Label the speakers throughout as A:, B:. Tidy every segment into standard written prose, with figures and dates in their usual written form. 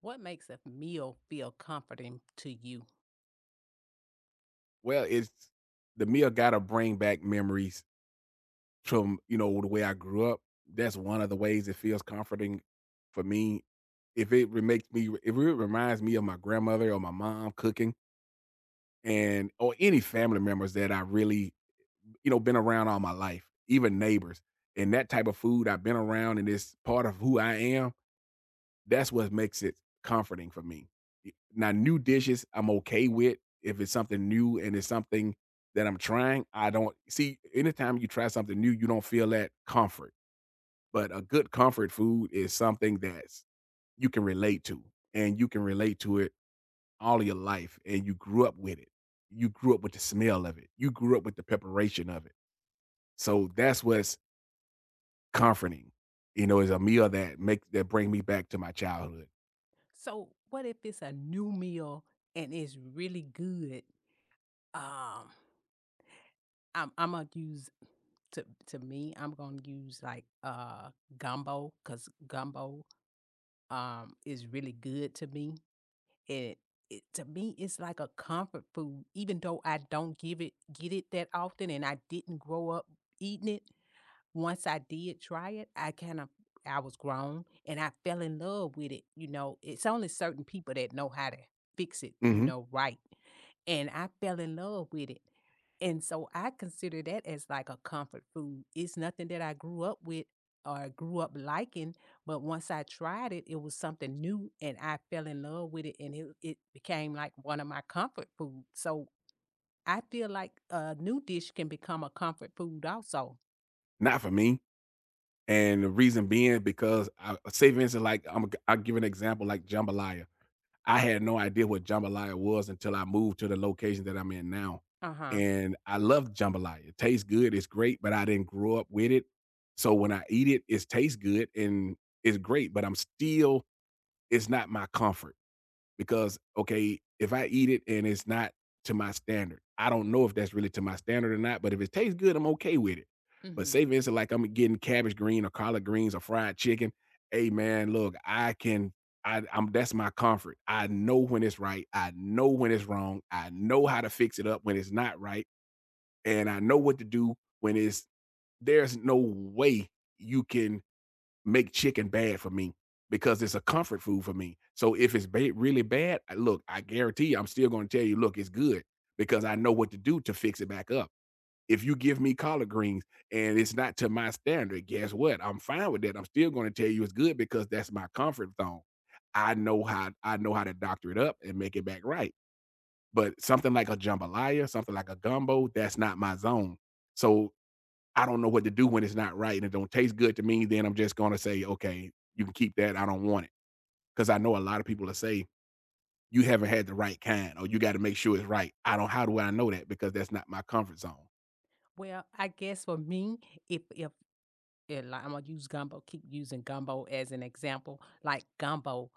A: What makes a meal feel comforting to you?
B: Well, it's the meal gotta bring back memories from, the way I grew up. That's one of the ways it feels comforting for me. If it reminds me of my grandmother or my mom cooking and or any family members that I really, been around all my life, even neighbors, and that type of food I've been around and it's part of who I am, that's what makes it comforting for me. Y Now new dishes, I'm okay with. If it's something new and it's something that I'm trying, I don't see, anytime you try something new, you don't feel that comfort, but a good comfort food is something that's you can relate to, and you can relate to it all of your life, and you grew up with it. You grew up with the smell of it. You grew up with the preparation of it. So that's what's comforting, is a meal that make that bring me back to my childhood.
A: So, what if it's a new meal and it's really good? Um, I'm gonna use To me, I'm gonna use like gumbo because gumbo is really good to me. It, it to me it's like a comfort food, even though I don't give it get it that often and I didn't grow up eating it. Once I did try it, I was grown and I fell in love with it, you know? It's only certain people that know how to fix it, you
B: Mhm.
A: know, right, and I fell in love with it, and so I consider that as like a comfort food. It's nothing that I grew up with or grew up liking, but once I tried it, it was something new and I fell in love with it and it became like one of my comfort food. So, I feel like a new dish can become a comfort food also.
B: Not for me. And the reason being because I say for instance, like I'll give an example like jambalaya. I had no idea what jambalaya was until I moved to the location that I'm in now.
A: Uh-huh.
B: And I love jambalaya. It tastes good, it's great, but I didn't grow up with it. So when I eat it, it tastes good and it's great, but I'm still it's not my comfort. Because, okay, if I eat it and it's not to my standard, I don't know if that's really to my standard or not, but if it tastes good, I'm okay with it. But
A: Mhm.
B: say, for instance, like I'm getting cabbage green or collard greens or fried chicken. Hey man, look, I can I, I'm that's my comfort. I know when it's right. I know when it's wrong. I know how to fix it up when it's not right. And I know what to do when it's there's no way you can make chicken bad for me because it's a comfort food for me. So if it's really bad, I- look, I guarantee you, I'm still going to tell you, look, it's good because I know what to do to fix it back up. If you give me collard greens and it's not to my standard, guess what? I'm fine with that. I'm still going to tell you it's good because that's my comfort zone. I know how to doctor it up and make it back right. But something like a jambalaya, something like a gumbo, that's not my zone. So I don't know what to do when it's not right and it don't taste good to me, then I'm just gonna say, okay, you can keep that. I don't want it. Because I know a lot of people will say, you haven't had the right kind or you got to make sure it's right. I don't how do I know that? Because that's not my comfort zone.
A: Well, I guess for me, if, like, Imma use gumbo keep using gumbo as an example, like, gumbo,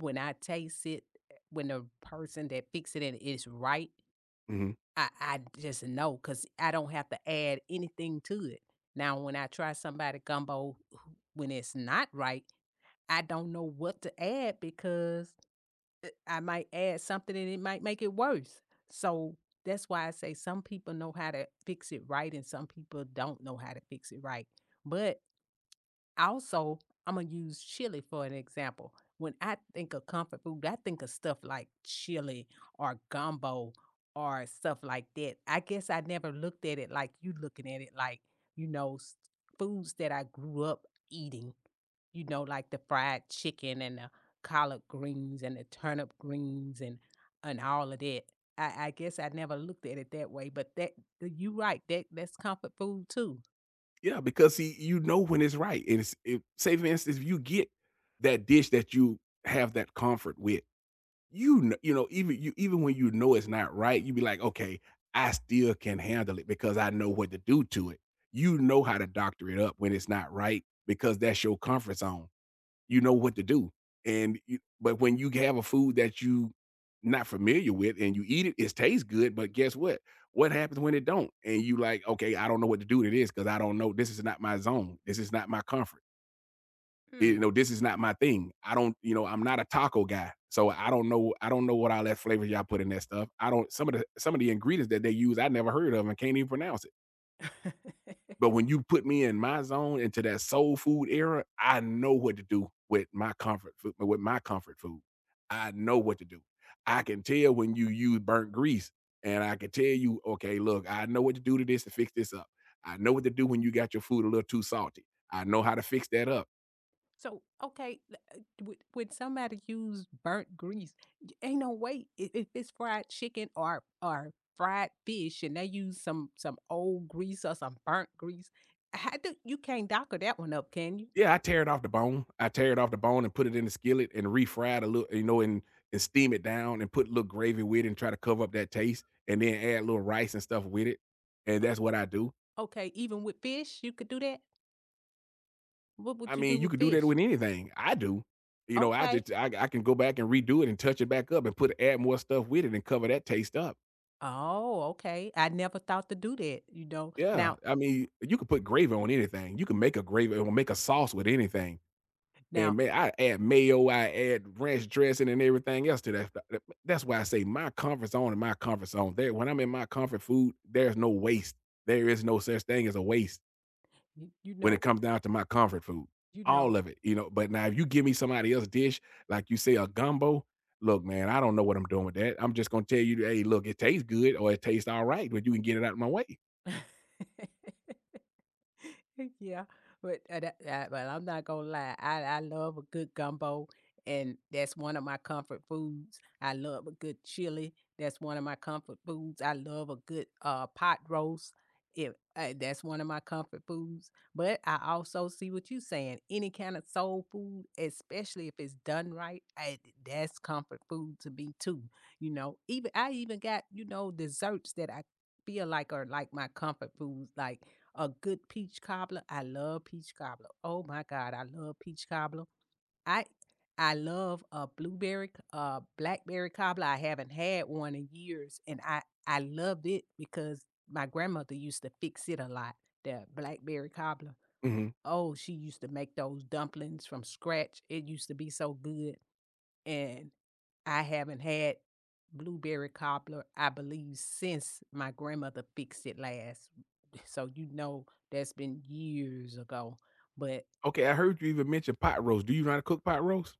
A: when I taste it, when the person that fix it and it's right,
B: Mhm.
A: I just know, cause I don't have to add anything to it. Now when I try somebody gumbo who when it's not right, I don't know what to add because I might add something and it might make it worse. So that's why I say some people know how to fix it right and some people don't know how to fix it right. But also, I'm going to use chili for an example. When I think of comfort food, I think of stuff like chili or gumbo or stuff like that. I guess I never looked at it like you looking at it like, you know, s- foods that I grew up eating, you know, like the fried chicken and the collard greens and the turnip greens and all of that. I guess I never looked at it that way, but you right. That's comfort food too.
B: Yeah, because see, you know when it's right. And it's it, say for instance, if you get that dish that you have that comfort with. You know, even you even when you know it's not right, you be like, "Okay, I still can handle it because I know what to do to it." You know how to doctor it up when it's not right because that's your comfort zone. You know what to do, and you but when you have a food that you not familiar with and you eat it, it tastes good, but guess what? What happens when it don't? And you like, "Okay, I don't know what to do to this because I don't know. This is not my zone. This is not my comfort."
A: Hmm.
B: You know, this is not my thing. I don't, you know, I'm not a taco guy. So I don't know what all that flavors y'all put in that stuff. I don't some of the ingredients that they use, I never heard of and can't even pronounce it. But when you put me in my zone into that soul food era, I know what to do with my comfort food, with my comfort food. I know what to do. I can tell when you use burnt grease and I can tell you, okay, look, I know what to do to this to fix this up. I know what to do when you got your food a little too salty. I know how to fix that up.
A: So okay, would somebody use burnt grease? Ain't no way if it's fried chicken or fried fish, and they use some old grease or some burnt grease. How do you can't docker that one up? Can you?
B: Yeah, I tear it off the bone. I tear it off the bone and put it in the skillet and refry it a little, you know, and steam it down and put a little gravy with it and try to cover up that taste and then add little rice and stuff with it. And that's what I do.
A: Okay, even with fish, you could do that. What
B: I
A: would you do
B: mean, you
A: with
B: could do that
A: fish?
B: with anything. I do. You know, I
A: Okay.
B: just I can go back and redo it and touch it back up and put add more stuff with it and cover that taste up.
A: Oh, okay. I never thought to do that, you know.
B: Yeah.
A: Now
B: I mean, you could put gravy on anything. You can make a gravy or make a sauce with anything. And
A: now,
B: man, I add mayo, I add ranch dressing and everything else to that stuff. That's why I say my comfort zone and my comfort zone. There, when I'm in my comfort food, there's no waste. There is no such thing as a waste
A: you you
B: when it
A: know
B: comes down to my comfort food.
A: you
B: All
A: know
B: of it, you know. But now if you give me somebody else's dish, like you say a gumbo, look, man, I don't know what I'm doing with that. I'm just gonna tell you, hey, look, it tastes good or it tastes all right, but you can get it out of my way.
A: Yeah, but but I'm not gonna lie. I love a good gumbo, and that's one of my comfort foods. I love a good chili. That's one of my comfort foods. I love a good pot roast. If that's one of my comfort foods. But I also see what you're saying. Any kind of soul food, especially if it's done right, that's comfort food to me too. You know, even I even got you know desserts that I feel like are like my comfort foods, like a good peach cobbler. I love peach cobbler. Oh my god, I love peach cobbler. I I love a blackberry cobbler. I haven't had one in years, and I loved it because my grandmother used to fix it a lot. The blackberry cobbler.
B: Mhm.
A: Oh, she used to make those dumplings from scratch. It used to be so good, and I haven't had blueberry cobbler, I believe, since my grandmother fixed it last, so you know that's been years ago. But
B: Okay, I heard you even mention pot roast. Do you know how to cook pot roast?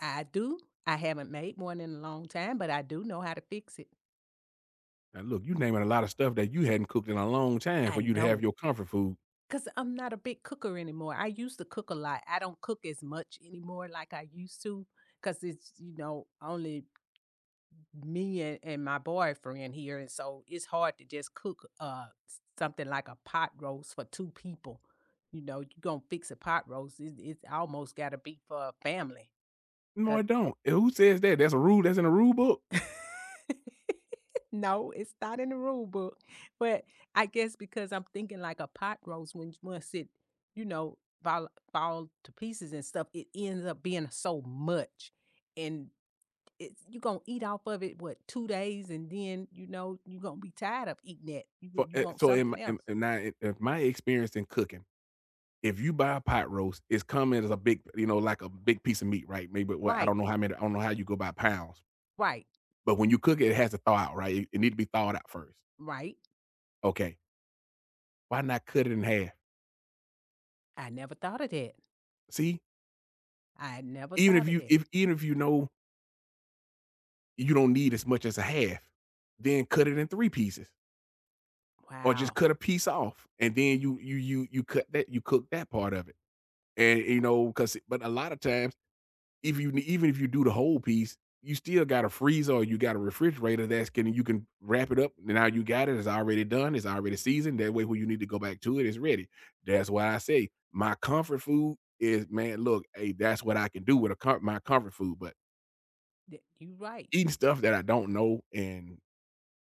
A: I do. I haven't made one in a long time, but I do know how to fix it.
B: Now look, you naming a lot of stuff that you hadn't cooked in a long time
A: I
B: for you to have
A: know
B: your comfort food.
A: because I'm not a big cooker anymore. I used to cook a lot. I don't cook as much anymore like I used to because it's, you know, only me and my boyfriend here. And so it's hard to just cook something like a pot roast for two people. You know, you're going to fix a pot roast. It's almost got to be for a family.
B: No,
A: 'Cause
B: I don't. And who says that? That's a rule that's in a rule book.
A: No, it's not in the rule book, but I guess because I'm thinking like a pot roast when once it, you know, fall to pieces and stuff, it ends up being so much, and it's you gonna eat off of it what 2 days, and then you know you gonna be tired of eating that. You
B: For,
A: you want
B: so in my,
A: something else,
B: in my experience in cooking, if you buy a pot roast, it's coming as a big, you know, like a big piece of meat, right? Maybe well, I
A: right?
B: don't know how many, I don't know how you go by pounds,
A: Right?
B: but when you cook it, it has to thaw out, right? It need to be thawed out first.
A: Right?
B: Okay, why not cut it in half?
A: I never thought of that.
B: See,
A: I never thought of that.
B: even if you know you don't need as much as a half, then cut it in three pieces. Or just
A: Wow.
B: cut a piece off, and then you cook that part of it, and you know because but a lot of times, if you even if you do the whole piece, you still got a freezer or you got a refrigerator that's can you can wrap it up. Now you got it. It's already done. It's already seasoned. That way, when you need to go back to it, it's ready. That's why I say my comfort food is man. Look, hey, that's what I can do with my comfort food. But
A: You right.
B: eating stuff that I don't know and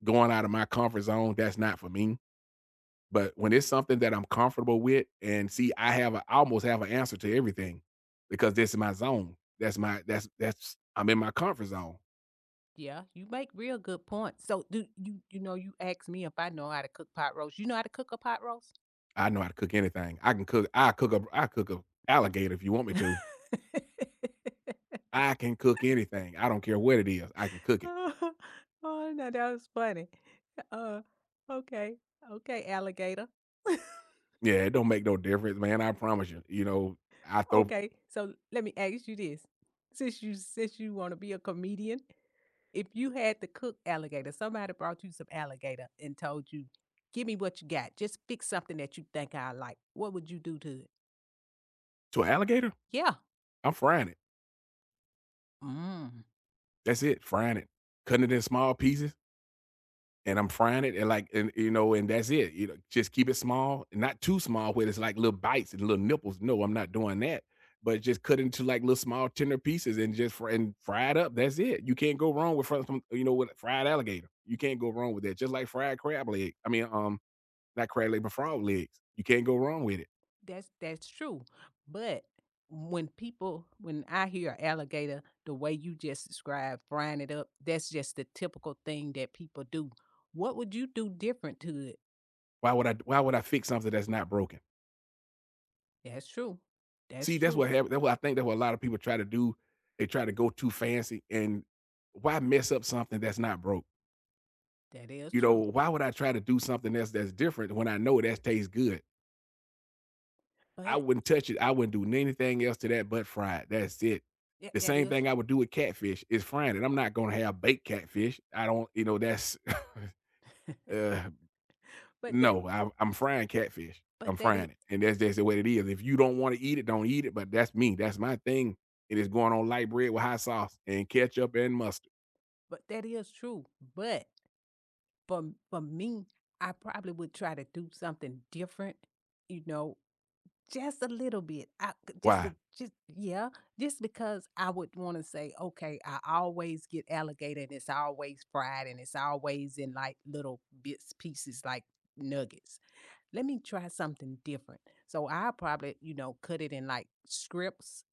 B: going out of my comfort zone, that's not for me. But when it's something that I'm comfortable with, and see, I have a, I almost have an answer to everything because this is my zone. That's I'm in my comfort zone.
A: Yeah, you make real good points. So do you, you know, you asked me if I know how to cook pot roast. You know how to cook a pot roast?
B: I know how to cook anything. I can cook. I cook a alligator if you want me to. I can cook anything. I don't care what it is. I can cook it.
A: Oh, no, that was funny. Uh, okay. Okay, alligator.
B: Yeah, it don't make no difference, man. I promise you. You know, I throw
A: Okay, so let me ask you this. Since you want to be a comedian, if you had to cook alligator, somebody brought you some alligator and told you, "Give me what you got. Just fix something that you think I like." What would you do to it?
B: to an alligator.
A: Yeah.
B: I'm frying it.
A: Mm.
B: That's it. Frying it, cutting it in small pieces. And I'm frying it and like and you know, and that's it. You know, just keep it small, not too small where it's like little bites and little nipples. No, I'm not doing that. But just cut into like little small tender pieces and just fry and fry it up. That's it. You can't go wrong with you know with fried alligator. You can't go wrong with that. Just like fried crab leg. I mean, not crab leg, but frog legs. You can't go wrong with it.
A: That's true, but when people when I hear alligator, the way you just described frying it up, that's just the typical thing that people do. What would you do different to it?
B: Why would I? Why would I fix something that's not broken?
A: That's true. That's
B: See, that's
A: true.
B: what happened. That's what I think. That's what a lot of people try to do. They try to go too fancy, and why mess up something that's not broke?
A: That is
B: You know,
A: true.
B: why would I try to do something else that's different when I know that tastes good? I
A: But
B: wouldn't touch it. I wouldn't do anything else to that but fry it. That's it.
A: that,
B: The
A: that
B: same
A: is
B: thing I would do with catfish is frying it. I'm not gonna have baked catfish. I don't, you know, that's
A: true.
B: uh
A: but that
B: no, I'm frying catfish. I'm
A: but that is
B: frying it. And that's just the way it is. If you don't want to eat it, don't eat it. But that's me. That's my thing. It is going on light bread with hot sauce and ketchup and mustard.
A: but that is true. But for me, I probably would try to do something different. You know, just a little bit. I just
B: Why?
A: a just yeah, just because I would wanna say, "Okay, I always get alligator, and it's always fried, and it's always in, like, little bits, pieces, like nuggets. Let me try something different." So, I probably, you know, cut it in, like, strips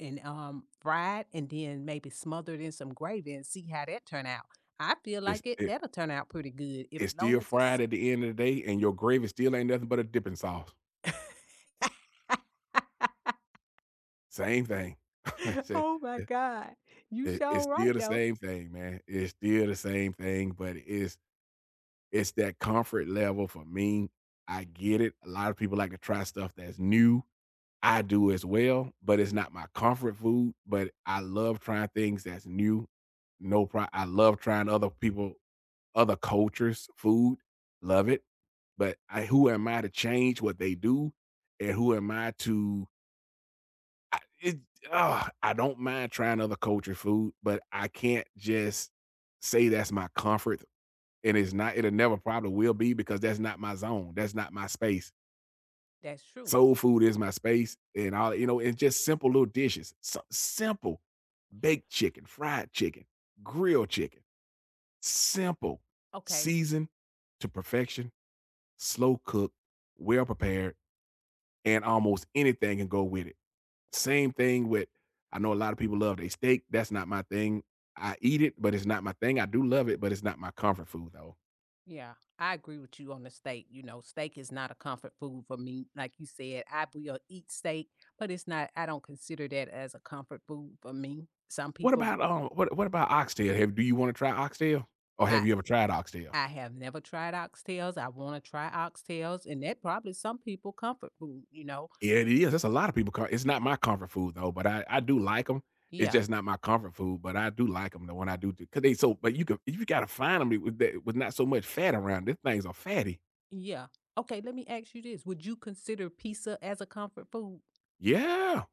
A: and, fried and then maybe smothered in some gravy and see how that turn out. I feel
B: It's
A: like it
B: it,
A: that'll turn out pretty good if
B: it's
A: long
B: still
A: as it's
B: fried at the end of the day, and your gravy still ain't nothing but a dipping sauce. Same thing. It's it
A: Oh my
B: it
A: god. You
B: it's
A: sure right,
B: still the
A: though.
B: same thing, man. It's still the same thing, but it's that comfort level for me. I get it. A lot of people like to try stuff that's new. I do as well, but it's not my comfort food, but I love trying things that's new. No problem. I love trying other people, other cultures' food. Love it. But I who am I to change what they do? And who am I to I it ugh, I don't mind trying other culture food, but I can't just say that's my comfort, and it'll never probably will be because that's not my zone, that's not my space.
A: That's true.
B: Soul food is my space and all you know, and just simple little dishes. So simple baked chicken, fried chicken, grilled chicken, simple,
A: Okay.
B: seasoned to perfection, slow cooked, well prepared, and almost anything can go with it. Same thing with I know a lot of people love their steak. That's not my thing. I eat it, but it's not my thing. I do love it, but it's not my comfort food though.
A: Yeah, I agree with you on the steak. You know, steak is not a comfort food for me. Like you said, I will eat steak, but it's not, I don't consider that as a comfort food for me. Some
B: What
A: people,
B: about what about oxtail? Have Do you want to try oxtail? Or have
A: I,
B: you ever tried oxtail?
A: I have never tried oxtails. I want to try oxtails, and that probably some people comfort food, you know?
B: Yeah, it is. That's a lot of people. It's not my comfort food though, but I do like them. It's
A: Yeah,
B: just not my comfort food, but I do like them. The one I do because they so. But you could you gotta find them with that with not so much fat around. These things are fatty.
A: yeah. Okay, let me ask you this. Would you consider pizza as a comfort food?
B: Yeah.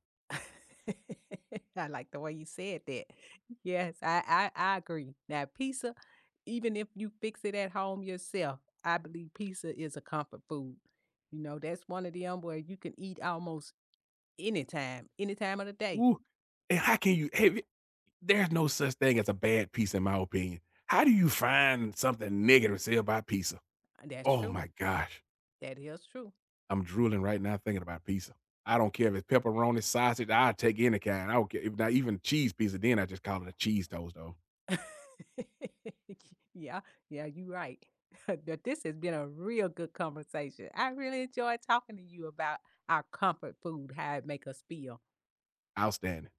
A: I like the way you said that. Yes, I agree. Now, pizza even if you fix it at home yourself, I believe pizza is a comfort food. You know, that's one of them where you can eat almost anytime, any time of the day.
B: Ooh. And how can you have, there's no such thing as a bad pizza in my opinion. How do you find something negative to say about pizza?
A: That's
B: Oh
A: true.
B: my gosh.
A: That is true.
B: I'm drooling right now thinking about pizza. I don't care if it's pepperoni, sausage, I take any kind. I don't care if not even cheese pizza, then I just call it a cheese toast though.
A: Yeah, yeah, you're right. But this has been a real good conversation. I really enjoyed talking to you about our comfort food, how it make us feel.
B: Outstanding.